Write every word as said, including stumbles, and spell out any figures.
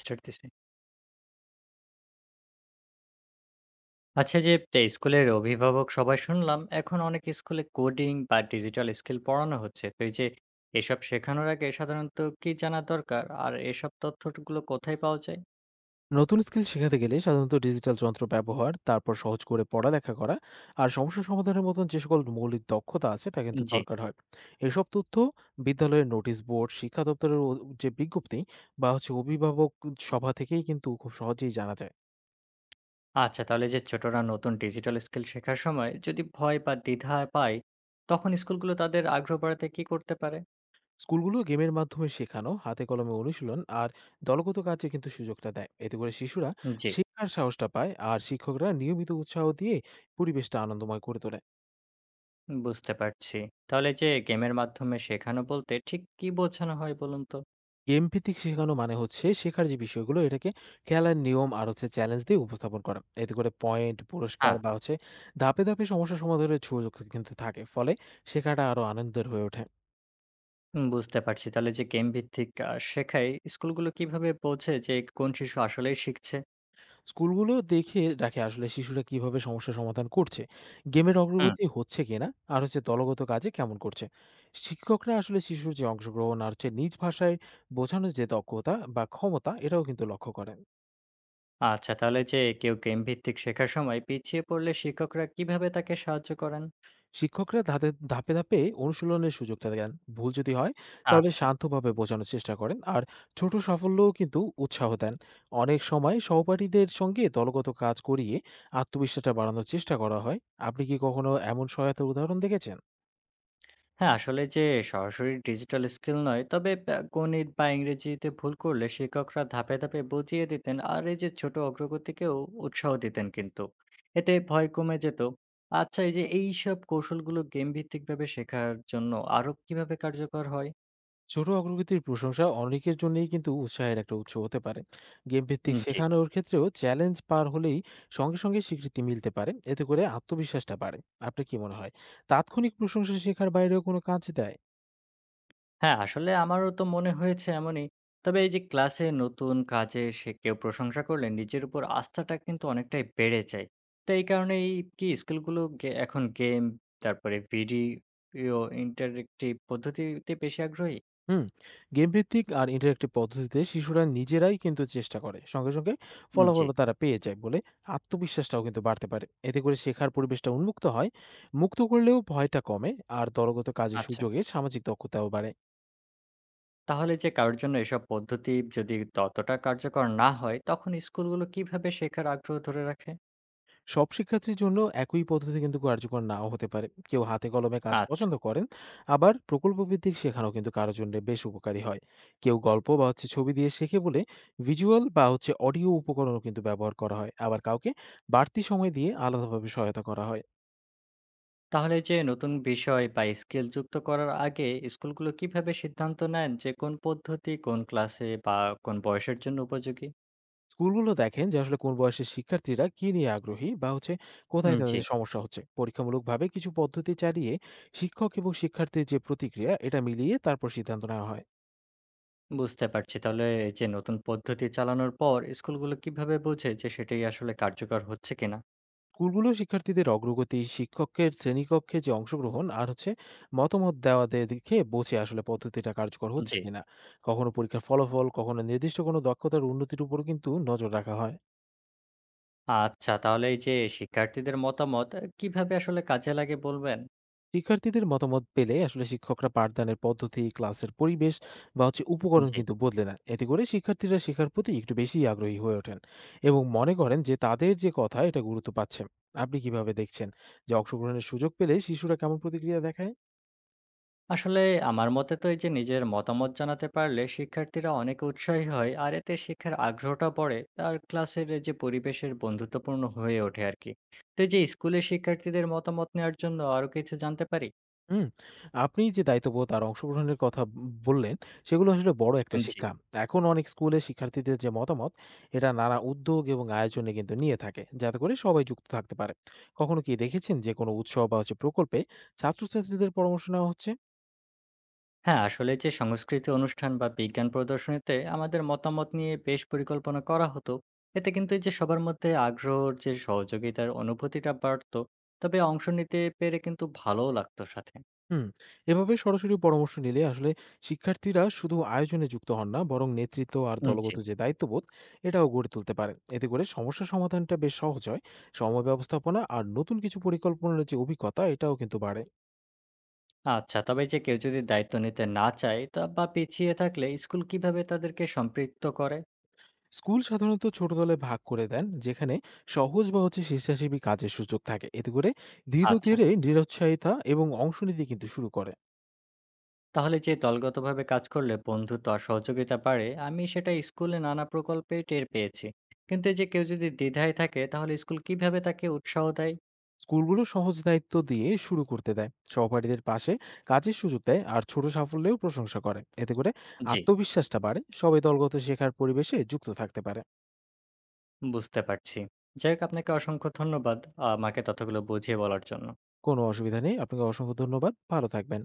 Start দিছি। আচ্ছা যে তে স্কুলের অভিভাবক সবাই শুনলাম এখন অনেক স্কুলে কোডিং বা ডিজিটাল স্কিল পড়ানো হচ্ছে। তো এই যে এসব শেখানোর আগে সাধারণত কি জানা দরকার? আর এসব তথ্যগুলো কোথায় পাওয়া যায়? নতুন স্কিল শেখাতে গেলে সাধারণত ডিজিটাল যন্ত্র ব্যবহার, তারপর সহজ করে পড়ালেখা করা আর সমস্যা সমাধানের মতন যে সকল মৌলিক দক্ষতা আছে তা কিন্তু জি। দরকার হয়। এসব তথ্য বিদ্যালয়ের নোটিশ বোর্ড, শিক্ষা দপ্তরের ও- যে বিজ্ঞপ্তি বা হচ্ছে অভিভাবক সভা থেকেই কিন্তু খুব সহজেই জানা যায়। আচ্ছা, তাহলে যে ছোটরা নতুন ডিজিটাল স্কিল শেখার সময় যদি ভয় বা দ্বিধা পায়, তখন স্কুলগুলো তাদের আগ্রহ বাড়াতে কি করতে পারে? স্কুলগুলো গেমের মাধ্যমে শেখানো, হাতে কলমে অনুশীলন আর দলগত কাজে কিন্তু সুযোগটা দেয়, এতে করে শিশুরা জি, শেখার সাহসটা পায় আর শিক্ষকরা নিয়মিত উৎসাহ দিয়ে পরিবেশটা আনন্দময় করে তোলে। বুঝতে পারছি। তাহলে যে গেমের মাধ্যমে শেখানো বলতে ঠিক কি বোঝানো হয় বলুন তো? গেম ভিত্তিক শেখানো মানে হচ্ছে শেখার যে বিষয়গুলো এটাকে খেলার নিয়ম আর হচ্ছে চ্যালেঞ্জ দিয়ে উপস্থাপন করা, এতে করে পয়েন্ট, পুরস্কার হ্যাঁ, বা হচ্ছে ধাপে ধাপে সমস্যা সমাধানের সুযোগ কিন্তু থাকে, ফলে শেখাটা আরো আনন্দের হয়ে ওঠে। হুম, বুঝতে পারছি। তাহলে যে গেম ভিত্তিক আ শেখায়, স্কুলগুলো কিভাবে বোঝে যে কোন শিশু আসলেই শিখছে? স্কুলগুলো দেখে রাখে আসলে শিশুরা কিভাবে সমস্যা সমাধান করছে, গেমের হুম। অগ্রগতি হচ্ছে কিনা আর হচ্ছে দলগত কাজে কেমন করছে। শিক্ষকরা আসলে শিশুর যে অংশগ্রহণ আর হচ্ছে নিজ ভাষায় বোঝানোর যে দক্ষতা বা ক্ষমতা এটাও কিন্তু লক্ষ্য করেন। আচ্ছা, তাহলে যে কেউ গেম ভিত্তিক শেখার সময় পিছিয়ে পড়লে শিক্ষকরা কিভাবে তাকে সাহায্য করেন? শিক্ষকরা ধাপে ধাপে ধাপে অনুশীলনের সুযোগটা দেন, ভুল যদি হয় তাহলে আচ্ছা। শান্তভাবে বোঝানোর চেষ্টা করেন, আর ছোট সাফল্যও কিন্তু উৎসাহ দেন। অনেক সময় সহপাঠীদের সঙ্গে দলগত কাজ করিয়ে আত্মবিশ্বাসটা বাড়ানোর চেষ্টা করা হয়। আপনি কি কখনো এমন সহায়তার উদাহরণ দেখেছেন? হ্যাঁ, আসলে যে সরাসরি ডিজিটাল স্কিল নয়, তবে আ গণিত বা ইংরেজিতে ভুল করলে শিক্ষকরা ধাপে, ধাপে বুঝিয়ে দিতেন। আর এই যে ছোট অগ্রগতিকেও উৎসাহ দিতেন কিন্তু। এতে ভয় কমে যেত। আচ্ছা, এই যে এইসব কৌশলগুলো গেম ভিত্তিকভাবে শেখার জন্য আরো কিভাবে কার্যকর হয়? ছোট অগ্রগতির প্রশংসা অনেকের জন্যই কিন্তু উৎসাহের একটা উৎস হতে পারে। গেম ভিত্তিক উম জি। শেখানোর ক্ষেত্রেও চ্যালেঞ্জ পার হলেই সঙ্গে সঙ্গে স্বীকৃতি মিলতে পারে, এতে করে আত্মবিশ্বাসটা বাড়ে। আপনার কি মনে হয় তাৎক্ষণিক প্রশংসা শেখার বাইরেও কোনো কাজ দেয়? হ্যাঁ, আসলে আমারও তো মনে হয়েছে এমনই। তবে এই যে ক্লাসে নতুন কাজে সে কেউ প্রশংসা করলে নিজের উপর আস্থাটা কিন্তু অনেকটাই বেড়ে যায়। তো এই কারণেই কি স্কিলগুলো গে এখন গেম, তারপরে ভিডিও ইন্টারেক্টিভ পদ্ধতিতে বেশি আগ্রহী? হুম। গেম ভিত্তিক আর ইন্টারেক্টিভ পদ্ধতিতে শিশুরা নিজেরাই কিন্তু চেষ্টা করে, সঙ্গে সঙ্গে জি। ফলাফলও তারা পেয়ে যায় বলে আত্মবিশ্বাসটাও কিন্তু বাড়তে পারে, এতে করে শেখার পরিবেশটা উন্মুক্ত হয়, মুক্ত করলেও ভয়টা কমে আর দলগত কাজের আচ্ছা। সুযোগে সামাজিক দক্ষতাও বাড়ে। তাহলে যে কারোর জন্য এসব পদ্ধতি যদি ততটা কার্যকর না হয়, তখন স্কুলগুলো কিভাবে শেখার আগ্রহ ধরে রাখে? সব শিক্ষার্থীর জন্য একই পদ্ধতি কিন্তু কার্যকর নাও হতে পারে, কেউ হাতে কলমে কাজ আচ্ছা। পছন্দ করেন, আবার প্রকল্পভিত্তিক শেখানো কিন্তু কারোর জন্য বেশ উপকারী হয়। কেউ গল্প বা হচ্ছে ছবি দিয়ে শেখে বলে ভিজুয়াল বা হচ্ছে অডিও উপকরণও কিন্তু ব্যবহার করা হয়, আবার কাউকে বাড়তি সময় দিয়ে আলাদাভাবে সহায়তা করা হয়। তাহলে যে নতুন বিষয় বা স্কিল যুক্ত করার আগে স্কুলগুলো কিভাবে সিদ্ধান্ত নেন যে কোন পদ্ধতি কোন ক্লাসে বা কোন বয়সের জন্য উপযোগী? স্কুলগুলো দেখেন যে আসলে কোন বয়সের শিক্ষার্থীরা কি নিয়ে আগ্রহী বা হচ্ছে কোথায় উম, জি। তাদের সমস্যা হচ্ছে, পরীক্ষামূলকভাবে কিছু পদ্ধতি চালিয়ে শিক্ষক এবং শিক্ষার্থীর যে প্রতিক্রিয়া এটা মিলিয়ে তারপর সিদ্ধান্ত নেওয়া হয়। বুঝতে পারছি। তাহলে এই যে নতুন পদ্ধতি চালানোর পর স্কুলগুলো কিভাবে বোঝে যে সেটাই আসলে কার্যকর হচ্ছে কিনা? স্কুলগুলো শিক্ষার্থীদের অগ্রগতি, শিক্ষকের শ্রেণীকক্ষে যে অংশগ্রহণ আর হচ্ছে মতামত দেওয়া দে- দেখে বোঝে আসলে পদ্ধতিটা কার্যকর হচ্ছে জি। কিনা। কখনো পরীক্ষার ফলাফল, কখনো নির্দিষ্ট কোনো দক্ষতার উন্নতির উপর কিন্তু নজর রাখা হয়। আচ্ছা, তাহলে এই যে শিক্ষার্থীদের মতামত আহ, কিভাবে আসলে কাজে লাগে বলবেন? শিক্ষার্থীদের মতামত পেলে আসলে শিক্ষকরা পাঠদানের পদ্ধতি, ক্লাসের পরিবেশ বা হচ্ছে উপকরণ জি। কিন্তু বদলে নেন, এতে করে শিক্ষার্থীরা শেখার প্রতি একটু বেশি আগ্রহী হয়ে ওঠেন এবং মনে করেন যে তাদের যে কথা এটা গুরুত্ব পাচ্ছে। আপনি কিভাবে দেখছেন যে অংশগ্রহণের সুযোগ পেলে শিশুরা কেমন প্রতিক্রিয়া দেখায়? আসলে আমার মতে তো এই যে নিজের মতামত জানাতে পারলে শিক্ষার্থীরা অনেক উৎসাহী হয় আর এতে শিক্ষার আগ্রহটা পড়ে। আর ক্লাসের এই যে পরিবেশের বন্ধুত্বপূর্ণ হয়ে ওঠে আর কি। তো এই যে স্কুলে শিক্ষার্থীদের মতামত নেওয়ার জন্য আরো কিছু জানতে পারি? হুম, আপনি যে দায়িত্ববোধ আর অংশগ্রহণের কথা ব বললেন, সেগুলো আসলে বড় একটা জি। শিক্ষা। এখন অনেক স্কুলে শিক্ষার্থীদের যে মতামত, এটা নানা উদ্যোগ এবং আয়োজনে কিন্তু নিয়ে থাকে, যাতে করে সবাই যুক্ত থাকতে পারে। কখনো কি দেখেছেন যে কোনো উৎসব বা হচ্ছে প্রকল্পে ছাত্রছাত্রীদের পরামর্শ নেওয়া হচ্ছে? হ্যাঁ, আসলে যে সংস্কৃতি অনুষ্ঠান বা বিজ্ঞান প্রদর্শনীতে আমাদের মতামত নিয়ে বেশ পরিকল্পনা করা হতো। এতে কিন্তু এই যে সবার মধ্যে আগ্রহর যে সহযোগিতার অনুভূতিটা বাড়তো। তবে অংশ নিতে পেরে কিন্তু ভালোও লাগতো সাথে। হুম, এভাবে সরাসরি পরামর্শ নিলে আসলে শিক্ষার্থীরা শুধু আয়োজনে যুক্ত হন না, বরং নেতৃত্ব আর জি। দলগত যে দায়িত্ববোধ এটাও গড়ে তুলতে পারেন। এতে করে সমস্যা সমাধানটা বেশ সহজ হয়। সময় ব্যবস্থাপনা আর নতুন কিছু পরিকল্পনার যে অভিজ্ঞতা এটাও কিন্তু বাড়ে। আচ্ছা, তবে এই যে কেউ যদি দায়িত্ব নিতে না চায় তা বা পিছিয়ে থাকলে স্কুল কিভাবে তাদেরকে সম্পৃক্ত করে? স্কুল সাধারণত ছোট দলে ভাগ করে দেন, যেখানে সহজ বা হচ্ছে স্বেচ্ছাসেবী কাজের সুযোগ থাকে। এতে করে ধীরে আচ্ছা, ধীরে নিরুৎসাহিতা এবং অংশ নিতে কিন্তু শুরু করে। তাহলে যে দলগতভাবে কাজ করলে বন্ধুত্ব আর সহযোগিতা বাড়ে, আমি সেটা স্কুলে নানা প্রকল্পে টের পেয়েছি। কিন্তু এই যে কেউ যদি দ্বিধায় থাকে তাহলে স্কুল কিভাবে তাকে উৎসাহ দেয়? স্কুলগুলো সহজ দায়িত্ব দিয়ে শুরু করতে দেয়, সহপাঠীদের পাশে কাজের সুযোগ দেয় আর ছোট সাফল্যেও প্রশংসা করে, এতে করে জি, আত্মবিশ্বাসটা বাড়ে, সবাই দলগত শেখার পরিবেশে যুক্ত থাকতে পারে। বুঝতে পারছি। যাই হোক, আপনাকে অসংখ্য ধন্যবাদ আমাকে তথ্যগুলো বুঝিয়ে বলার জন্য। কোনো অসুবিধা নেই, আপনাকে অসংখ্য ধন্যবাদ, ভালো থাকবেন।